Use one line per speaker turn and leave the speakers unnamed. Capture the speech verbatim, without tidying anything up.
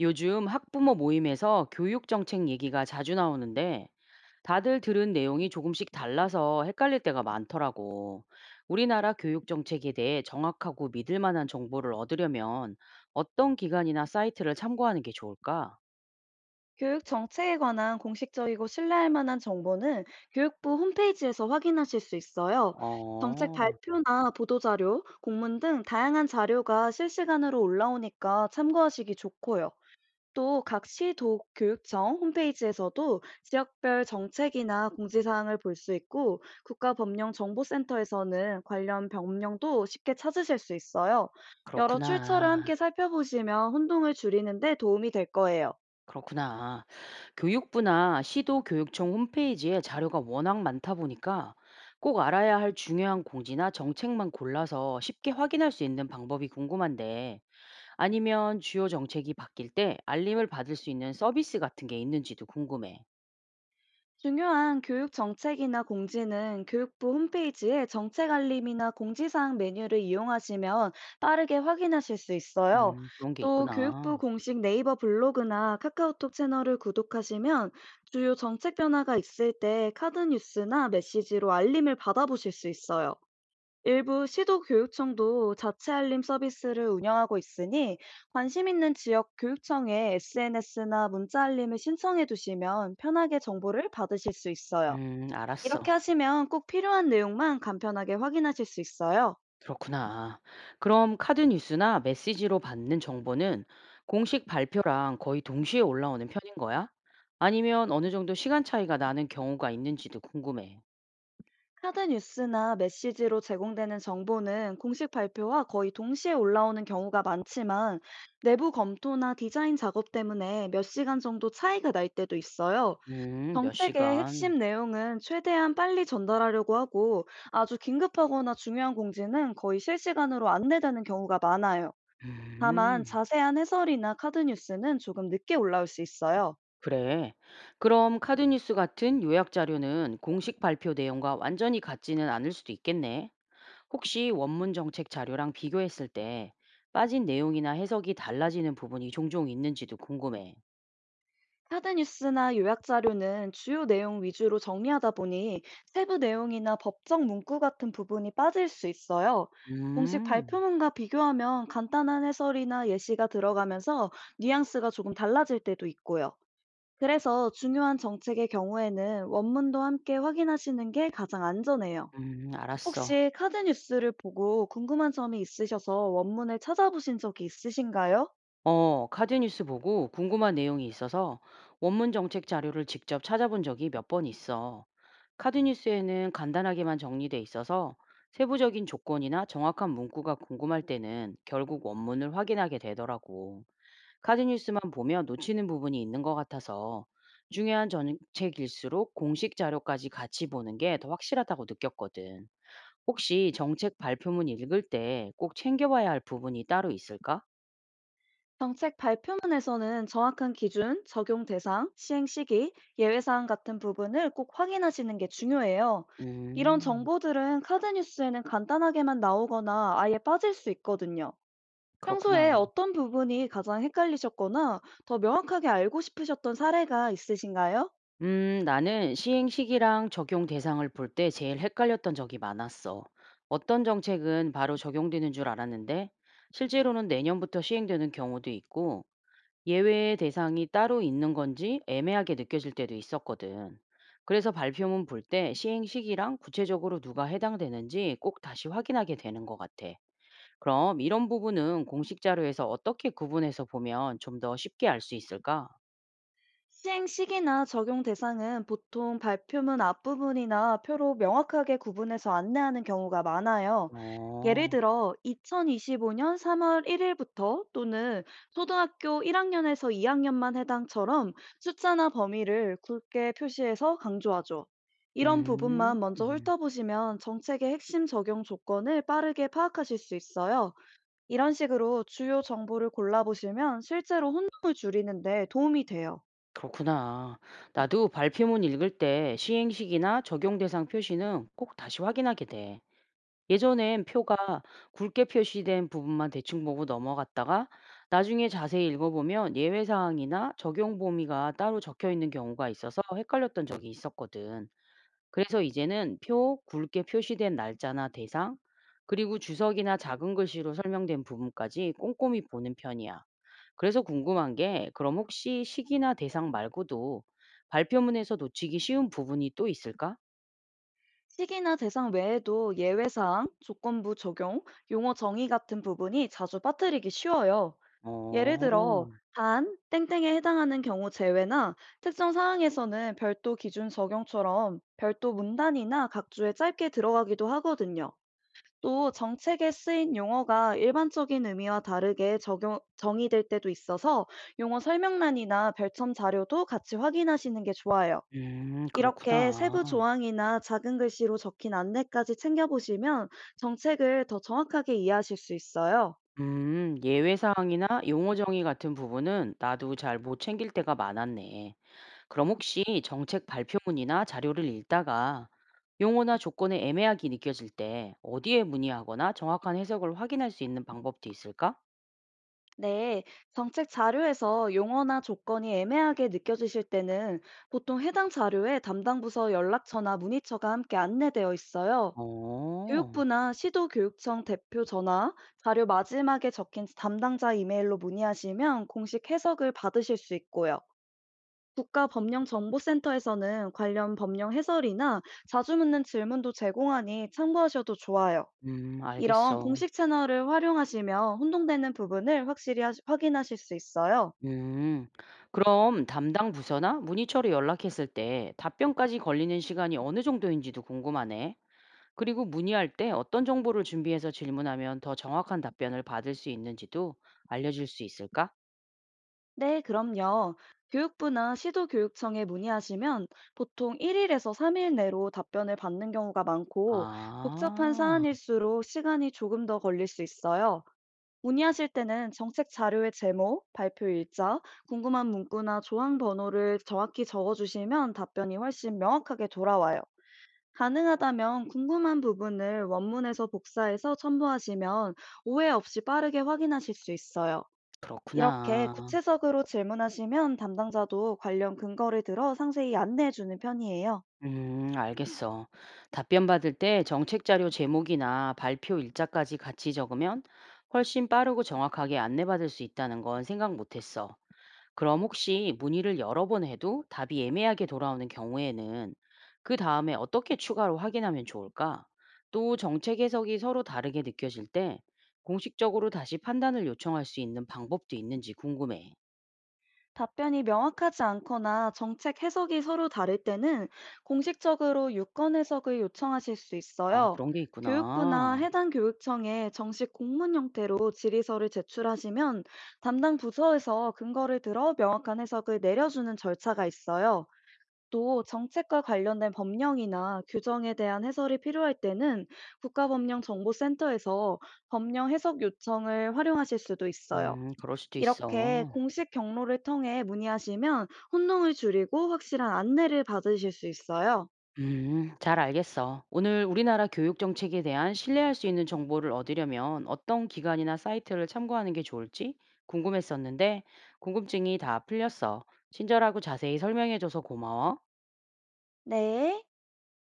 요즘 학부모 모임에서 교육 정책 얘기가 자주 나오는데 다들 들은 내용이 조금씩 달라서 헷갈릴 때가 많더라고. 우리나라 교육 정책에 대해 정확하고 믿을 만한 정보를 얻으려면 어떤 기관이나 사이트를 참고하는 게 좋을까?
교육 정책에 관한 공식적이고 신뢰할 만한 정보는 교육부 홈페이지에서 확인하실 수 있어요. 정책
어,
발표나 보도자료, 공문 등 다양한 자료가 실시간으로 올라오니까 참고하시기 좋고요. 또 각 시도 교육청 홈페이지에서도 지역별 정책이나 공지사항을 볼 수 있고, 국가법령정보센터에서는 관련 법령도 쉽게 찾으실 수 있어요. 여러 출처를
그렇구나.
함께 살펴보시면 혼동을 줄이는 데 도움이 될 거예요.
그렇구나. 교육부나 시도교육청 홈페이지에 자료가 워낙 많다 보니까 꼭 알아야 할 중요한 공지나 정책만 골라서 쉽게 확인할 수 있는 방법이 궁금한데, 아니면 주요 정책이 바뀔 때 알림을 받을 수 있는 서비스 같은 게 있는지도 궁금해.
중요한 교육 정책이나 공지는 교육부 홈페이지에 정책 알림이나 공지사항 메뉴를 이용하시면 빠르게 확인하실 수 있어요.
음, 그런 게
또
있구나.
교육부 공식 네이버 블로그나 카카오톡 채널을 구독하시면 주요 정책 변화가 있을 때 카드 뉴스나 메시지로 알림을 받아보실 수 있어요. 일부 시도교육청도 자체 알림 서비스를 운영하고 있으니, 관심 있는 지역 교육청에 에스엔에스나 문자 알림을 신청해 두시면 편하게 정보를 받으실 수 있어요.
음,
이렇게
알았어.
하시면 꼭 필요한 내용만 간편하게 확인하실 수 있어요.
그렇구나. 그럼 카드 뉴스나 메시지로 받는 정보는 공식 발표랑 거의 동시에 올라오는 편인 거야? 아니면 어느 정도 시간 차이가 나는 경우가 있는지도 궁금해.
카드 뉴스나 메시지로 제공되는 정보는 공식 발표와 거의 동시에 올라오는 경우가 많지만, 내부 검토나 디자인 작업 때문에 몇 시간 정도 차이가 날 때도 있어요.
음, 몇
정책의
시간.
핵심 내용은 최대한 빨리 전달하려고 하고, 아주 긴급하거나 중요한 공지는 거의 실시간으로 안내되는 경우가 많아요. 다만
음,
자세한 해설이나 카드 뉴스는 조금 늦게 올라올 수 있어요.
그래. 그럼 카드 뉴스 같은 요약 자료는 공식 발표 내용과 완전히 같지는 않을 수도 있겠네. 혹시 원문 정책 자료랑 비교했을 때 빠진 내용이나 해석이 달라지는 부분이 종종 있는지도 궁금해.
카드 뉴스나 요약 자료는 주요 내용 위주로 정리하다 보니 세부 내용이나 법적 문구 같은 부분이 빠질 수 있어요. 공식
음.
발표문과 비교하면 간단한 해설이나 예시가 들어가면서 뉘앙스가 조금 달라질 때도 있고요. 그래서 중요한 정책의 경우에는 원문도 함께 확인하시는 게 가장 안전해요.
음, 알았어.
혹시 카드 뉴스를 보고 궁금한 점이 있으셔서 원문을 찾아보신 적이 있으신가요?
어, 카드뉴스 보고 궁금한 내용이 있어서 원문 정책 자료를 직접 찾아본 적이 몇 번 있어. 카드뉴스에는 간단하게만 정리돼 있어서 세부적인 조건이나 정확한 문구가 궁금할 때는 결국 원문을 확인하게 되더라고. 카드뉴스만 보면 놓치는 부분이 있는 것 같아서 중요한 정책일수록 공식 자료까지 같이 보는 게 더 확실하다고 느꼈거든. 혹시 정책 발표문 읽을 때 꼭 챙겨봐야 할 부분이 따로 있을까?
정책 발표문에서는 정확한 기준, 적용 대상, 시행 시기, 예외 사항 같은 부분을 꼭 확인하시는 게 중요해요. 이런
음.
정보들은 카드 뉴스에는 간단하게만 나오거나 아예 빠질 수 있거든요. 평소에
그렇구나.
어떤 부분이 가장 헷갈리셨거나 더 명확하게 알고 싶으셨던 사례가 있으신가요?
음 나는 시행 시기랑 적용 대상을 볼 때 제일 헷갈렸던 적이 많았어. 어떤 정책은 바로 적용되는 줄 알았는데 실제로는 내년부터 시행되는 경우도 있고, 예외의 대상이 따로 있는 건지 애매하게 느껴질 때도 있었거든. 그래서 발표문 볼 때 시행 시기랑 구체적으로 누가 해당되는지 꼭 다시 확인하게 되는 것 같아. 그럼 이런 부분은 공식 자료에서 어떻게 구분해서 보면 좀 더 쉽게 알 수 있을까?
시행 시기나 적용 대상은 보통 발표문 앞부분이나 표로 명확하게 구분해서 안내하는 경우가 많아요. 예를
어.
들어 이천이십오 년 삼 월 일 일부터, 또는 초등학교 일 학년에서 이 학년만 해당처럼 숫자나 범위를 굵게 표시해서 강조하죠. 이런
음.
부분만 먼저
음.
훑어보시면 정책의 핵심 적용 조건을 빠르게 파악하실 수 있어요. 이런 식으로 주요 정보를 골라보시면 실제로 혼동을 줄이는데 도움이 돼요.
그렇구나. 나도 발표문 읽을 때 시행식이나 적용 대상 표시는 꼭 다시 확인하게 돼. 예전엔 표가 굵게 표시된 부분만 대충 보고 넘어갔다가 나중에 자세히 읽어보면 예외 사항이나 적용 범위가 따로 적혀 있는 경우가 있어서 헷갈렸던 적이 있었거든. 그래서 이제는 표, 굵게 표시된 날짜나 대상, 그리고 주석이나 작은 글씨로 설명된 부분까지 꼼꼼히 보는 편이야. 그래서 궁금한 게, 그럼 혹시 시기나 대상 말고도 발표문에서 놓치기 쉬운 부분이 또 있을까?
시기나 대상 외에도 예외사항, 조건부 적용, 용어 정의 같은 부분이 자주 빠뜨리기 쉬워요. 예를 들어,
어,
단, 땡땡에 해당하는 경우 제외나 특정 사항에서는 별도 기준 적용처럼 별도 문단이나 각주에 짧게 들어가기도 하거든요. 또 정책에 쓰인 용어가 일반적인 의미와 다르게 적용, 정의될 때도 있어서 용어 설명란이나 별첨 자료도 같이 확인하시는 게 좋아요.
음,
이렇게 세부
그렇구나.
조항이나 작은 글씨로 적힌 안내까지 챙겨보시면 정책을 더 정확하게 이해하실 수 있어요.
음, 예외 사항이나 용어 정의 같은 부분은 나도 잘 못 챙길 때가 많았네. 그럼 혹시 정책 발표문이나 자료를 읽다가 용어나 조건에 애매하게 느껴질 때 어디에 문의하거나 정확한 해석을 확인할 수 있는 방법도 있을까?
네, 정책 자료에서 용어나 조건이 애매하게 느껴지실 때는 보통 해당 자료에 담당 부서 연락처나 문의처가 함께 안내되어 있어요.
어,
교육부나 시도교육청 대표 전화, 자료 마지막에 적힌 담당자 이메일로 문의하시면 공식 해석을 받으실 수 있고요. 국가법령정보센터에서는 관련 법령 해설이나 자주 묻는 질문도 제공하니 참고하셔도 좋아요.
음,
이런
알겠어.
공식 채널을 활용하시면 혼동되는 부분을 확실히 하 확인하실 수 있어요.
음, 그럼 담당 부서나 문의처로 연락했을 때 답변까지 걸리는 시간이 어느 정도인지도 궁금하네. 그리고 문의할 때 어떤 정보를 준비해서 질문하면 더 정확한 답변을 받을 수 있는지도 알려줄 수 있을까?
네, 그럼요. 교육부나 시도교육청에 문의하시면 보통 일 일에서 삼 일 내로 답변을 받는 경우가 많고, 복잡한
아,
사안일수록 시간이 조금 더 걸릴 수 있어요. 문의하실 때는 정책 자료의 제목, 발표 일자, 궁금한 문구나 조항 번호를 정확히 적어주시면 답변이 훨씬 명확하게 돌아와요. 가능하다면 궁금한 부분을 원문에서 복사해서 첨부하시면 오해 없이 빠르게 확인하실 수 있어요. 이렇게
그렇구나.
구체적으로 질문하시면 담당자도 관련 근거를 들어 상세히 안내해 주는 편이에요.
음, 알겠어. 답변 받을 때 정책 자료 제목이나 발표 일자까지 같이 적으면 훨씬 빠르고 정확하게 안내받을 수 있다는 건 생각 못했어. 그럼 혹시 문의를 여러 번 해도 답이 애매하게 돌아오는 경우에는 그 다음에 어떻게 추가로 확인하면 좋을까? 또 정책 해석이 서로 다르게 느껴질 때 공식적으로 다시 판단을 요청할 수 있는 방법도 있는지 궁금해.
답변이 명확하지 않거나 정책 해석이 서로 다를 때는 공식적으로 유권 해석을 요청하실 수
아,
있어요.
그런 게
교육부나
있구나.
해당 교육청에 정식 공문 형태로 질의서를 제출하시면 담당 부서에서 근거를 들어 명확한 해석을 내려주는 절차가 있어요. 또 정책과 관련된 법령이나 규정에 대한 해설이 필요할 때는 국가법령정보센터에서 법령 해석 요청을 활용하실 수도 있어요.
음, 그럴 수도
이렇게
있어.
공식 경로를 통해 문의하시면 혼동을 줄이고 확실한 안내를 받으실 수 있어요.
음, 잘 알겠어. 오늘 우리나라 교육 정책에 대한 신뢰할 수 있는 정보를 얻으려면 어떤 기관이나 사이트를 참고하는 게 좋을지 궁금했었는데, 궁금증이 다 풀렸어. 친절하고 자세히 설명해줘서 고마워.
네.